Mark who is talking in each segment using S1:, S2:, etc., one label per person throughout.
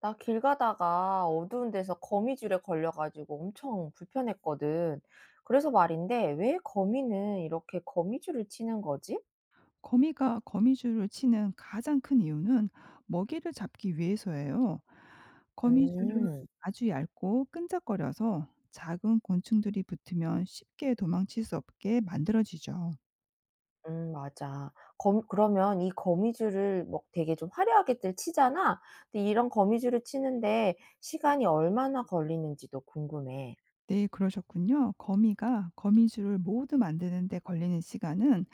S1: 나 길 가다가 어두운 데서 거미줄에 걸려가지고 엄청 불편했거든. 그래서 말인데, 왜 거미는 이렇게 거미줄을 치는 거지?
S2: 거미가 거미줄을 치는 가장 큰 이유는 먹이를 잡기 위해서예요. 거미줄은
S1: 음,
S2: 아주 얇고 끈적거려서 작은 곤충들이 붙으면 쉽게 도망칠 수 없게 만들어지죠.
S1: 맞아. 그러면 이 거미줄을 뭐 되게 좀 화려하게들 치잖아? 근데 이런 거미줄을 치는데 시간이 얼마나 걸리는지도 궁금해.
S2: 네, 그러셨군요. 거미가 거미줄을 모두 만드는 데 걸리는 시간은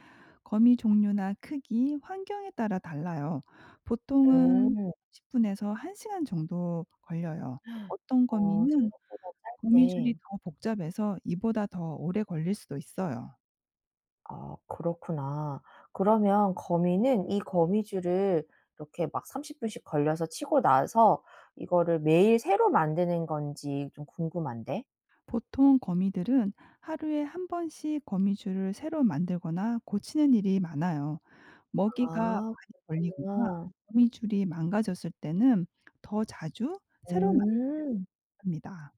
S2: 거미 종류나 크기, 환경에 따라 달라요. 보통은
S1: 음,
S2: 10분에서 1시간 정도 걸려요. 어떤
S1: 어,
S2: 거미는
S1: 생각보다
S2: 거미줄이
S1: 짧네.
S2: 더 복잡해서 이보다 더 오래 걸릴 수도 있어요.
S1: 아 그렇구나. 그러면 거미는 이 거미줄을 이렇게 막 30 분씩 걸려서 치고 나서 이거를 매일 새로 만드는 건지 좀 궁금한데.
S2: 보통 거미들은 하루에 한 번씩 거미줄을 새로 만들거나 고치는 일이 많아요. 먹이가
S1: 아
S2: 많이 걸리거나
S1: 그렇구나.
S2: 거미줄이 망가졌을 때는 더 자주 새로
S1: 음.
S2: 만듭니다.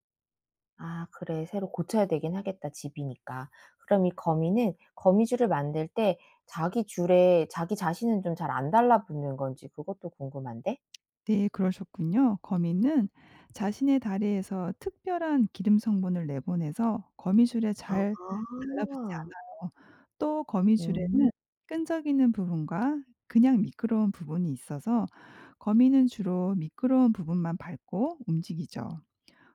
S1: 아 그래 새로 고쳐야 되긴 하겠다 집이니까. 그럼 이 거미는 거미줄을 만들 때 자기 줄에 자기 자신은 좀 잘 안 달라붙는 건지 그것도 궁금한데.
S2: 네, 그러셨군요. 거미는 자신의 다리에서 특별한 기름 성분을 내보내서 거미줄에 잘 달라붙지
S1: 아.
S2: 않아요. 또 거미줄에는
S1: 음.
S2: 끈적이는 부분과 그냥 미끄러운 부분이 있어서, 거미는 주로 미끄러운 부분만 밟고 움직이죠.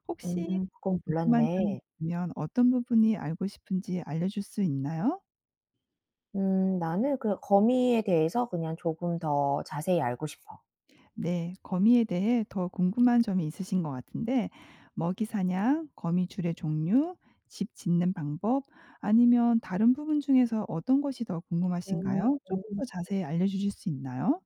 S2: 혹시 더
S1: 그건
S2: 궁금한 점이
S1: 몰랐네.
S2: 있으면 어떤 부분이 알고 싶은지 알려줄 수 있나요?
S1: 나는 그 거미에 대해서 그냥 조금 더 자세히 알고 싶어.
S2: 네. 거미에 대해 더 궁금한 점이 있으신 것 같은데, 먹이 사냥, 거미 줄의 종류, 집 짓는 방법, 아니면 다른 부분 중에서 어떤 것이 더
S1: 음.
S2: 궁금하신가요? 조금 더 자세히 알려 주실 수 있나요?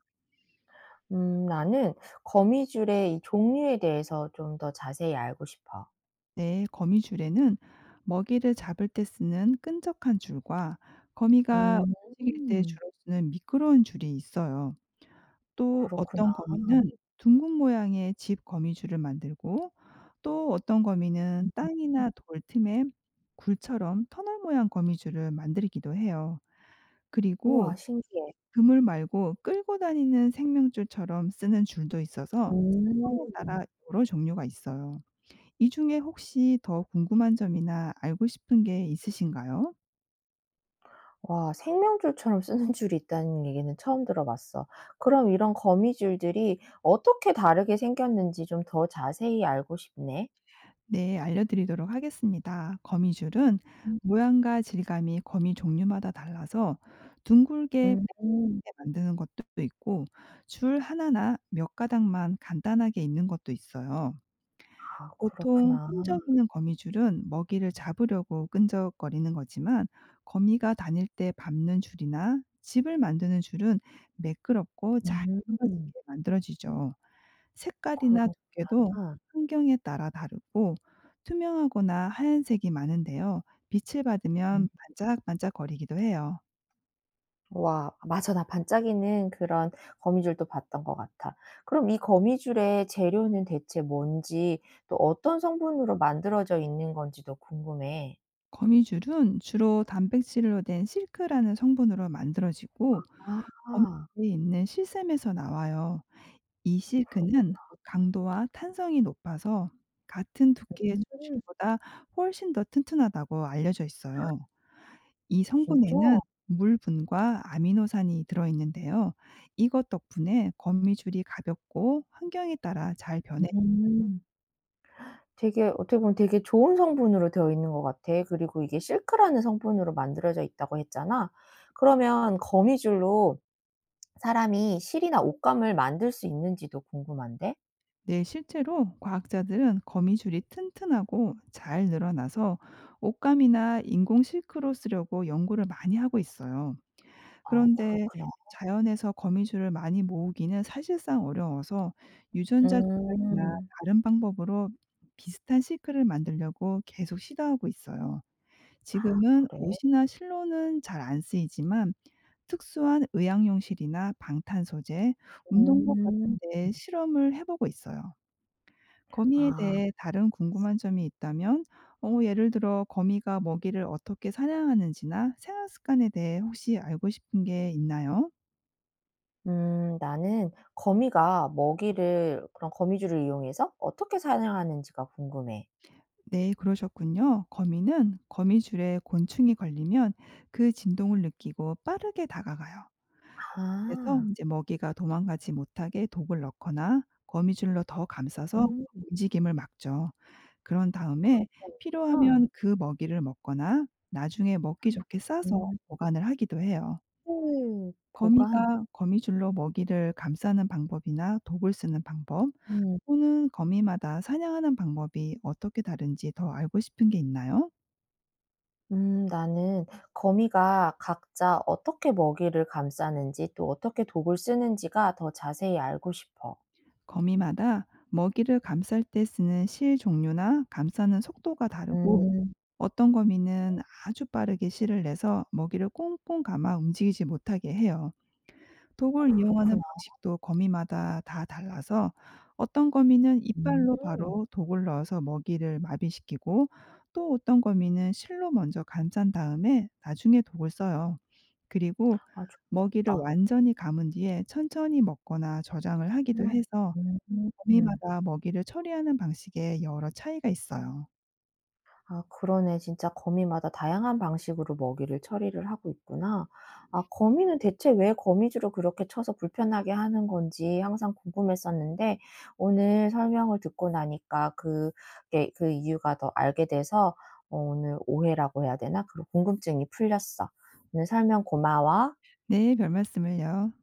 S1: 나는 거미줄의 이 종류에 대해서 좀 더 자세히 알고 싶어.
S2: 네. 거미 줄에는 먹이를 잡을 때 쓰는 끈적한 줄과, 거미가
S1: 음.
S2: 움직일 때 주로 쓰는 미끄러운 줄이 있어요. 또
S1: 그렇구나.
S2: 어떤 거미는 둥근 모양의 집 거미줄을 만들고, 또 어떤 거미는 땅이나 돌 틈에 굴처럼 터널 모양 거미줄을 만들기도 해요. 그리고
S1: 우와 신기해.
S2: 그물 말고 끌고 다니는 생명줄처럼 쓰는 줄도 있어서, 상황에
S1: 음.
S2: 따라 여러 종류가 있어요. 이 중에 혹시 더 궁금한 점이나 알고 싶은 게 있으신가요?
S1: 와 생명줄처럼 쓰는 줄이 있다는 얘기는 처음 들어봤어. 그럼 이런 거미줄들이 어떻게 다르게 생겼는지 좀 더 자세히 알고 싶네.
S2: 네, 알려드리도록 하겠습니다. 거미줄은
S1: 음.
S2: 모양과 질감이 거미 종류마다 달라서, 둥글게
S1: 음.
S2: 빽빽하게 만드는 것도 있고, 줄 하나나 몇 가닥만 간단하게 있는 것도 있어요.
S1: 아
S2: 보통
S1: 그렇구나.
S2: 끈적이는 거미줄은 먹이를 잡으려고 끈적거리는 거지만, 거미가 다닐 때 밟는 줄이나 집을 만드는 줄은 매끄럽고 잘
S1: 음.
S2: 미끄러지게 만들어지죠. 색깔이나
S1: 그렇구나.
S2: 두께도 환경에 따라 다르고, 투명하거나 하얀색이 많은데요. 빛을
S1: 음.
S2: 받으면 반짝반짝거리기도 해요.
S1: 와 맞아. 나 반짝이는 그런 거미줄도 봤던 것 같아. 그럼 이 거미줄의 재료는 대체 뭔지 또 어떤 성분으로 만들어져 있는 건지도 궁금해.
S2: 거미줄은 주로 단백질로 된 실크라는 성분으로 만들어지고,
S1: 아.
S2: 거미줄에 있는 실샘에서 나와요. 이 실크는 강도와 탄성이 높아서 같은 두께의
S1: 음.
S2: 철실보다 훨씬 더 튼튼하다고 알려져 있어요. 이
S1: 진짜?
S2: 성분에는 물분과 아미노산이 들어 있는데요. 이것 덕분에 거미줄이 가볍고 환경에 따라 잘 변해,
S1: 음. 되게 어떻게 보면 되게 좋은 성분으로 되어 있는 것 같아. 그리고 이게 실크라는 성분으로 만들어져 있다고 했잖아. 그러면 거미줄로 사람이 실이나 옷감을 만들 수 있는지도 궁금한데?
S2: 네 실제로 과학자들은 거미줄이 튼튼하고 잘 늘어나서 옷감이나 인공 실크로 쓰려고 연구를 많이 하고 있어요.
S1: 아
S2: 그런데
S1: 그렇구나.
S2: 자연에서 거미줄을 많이 모으기는 사실상 어려워서, 유전자 조작이나
S1: 음.
S2: 다른 방법으로 비슷한 실크를 만들려고 계속 시도하고 있어요. 지금은
S1: 그래.
S2: 옷이나 실로는 잘 안 쓰이지만, 특수한 의약용실이나 방탄 소재, 운동복 같은
S1: 음.
S2: 데 실험을 해 보고 있어요. 거미에
S1: 아.
S2: 대해 다른 궁금한 점이 있다면, 예를 들어 거미가 먹이를 어떻게 사냥하는지나 생활 습관에 대해 혹시 알고 싶은 게 있나요?
S1: 나는 거미가 먹이를 그런 거미줄을 이용해서 어떻게 사냥하는지가 궁금해.
S2: 네, 그러셨군요. 거미는 거미줄에 곤충이 걸리면 그 진동을 느끼고 빠르게 다가가요. 그래서
S1: 아.
S2: 이제 먹이가 도망가지 못하게 독을 넣거나 거미줄로 더 감싸서
S1: 음
S2: 움직임을 막죠. 그런 다음에
S1: 그렇게
S2: 필요하면
S1: 하는구나.
S2: 그 먹이를 먹거나 나중에 먹기 좋게 싸서
S1: 음
S2: 보관을 하기도 해요.
S1: 보관.
S2: 거미가 거미줄로 먹이를 감싸는 방법이나 독을 쓰는 방법,
S1: 음.
S2: 또는 거미마다 사냥하는 방법이 어떻게 다른지 더 알고 싶은 게 있나요?
S1: 나는 거미가 각자 어떻게 먹이를 감싸는지 또 어떻게 독을 쓰는지가 더 자세히 알고 싶어.
S2: 거미마다 먹이를 감쌀 때 쓰는 실 종류나 감싸는 속도가 다르고,
S1: 음.
S2: 어떤 거미는 아주 빠르게 실을 내서 먹이를 꽁꽁 감아 움직이지 못하게 해요. 독을 이용하는
S1: 그렇구나.
S2: 방식도 거미마다 다 달라서, 어떤 거미는
S1: 음.
S2: 이빨로 바로 독을 넣어서 먹이를 마비시키고, 또 어떤 거미는 실로 먼저 감싼 다음에 나중에 독을 써요. 그리고
S1: 아좋
S2: 먹이를
S1: 무섭다.
S2: 완전히 감은 뒤에 천천히 먹거나 저장을 하기도
S1: 음.
S2: 해서,
S1: 음.
S2: 거미마다 먹이를 처리하는 방식에 여러 차이가 있어요.
S1: 아 그러네. 진짜 거미마다 다양한 방식으로 먹이를 처리를 하고 있구나. 아 거미는 대체 왜 거미줄을 그렇게 쳐서 불편하게 하는 건지 항상 궁금했었는데 오늘 설명을 듣고 나니까 그게 그 이유가 더 알게 돼서 오늘 오해라고 해야 되나? 그런 궁금증이 풀렸어. 오늘 설명 고마워.
S2: 네, 별 말씀을요.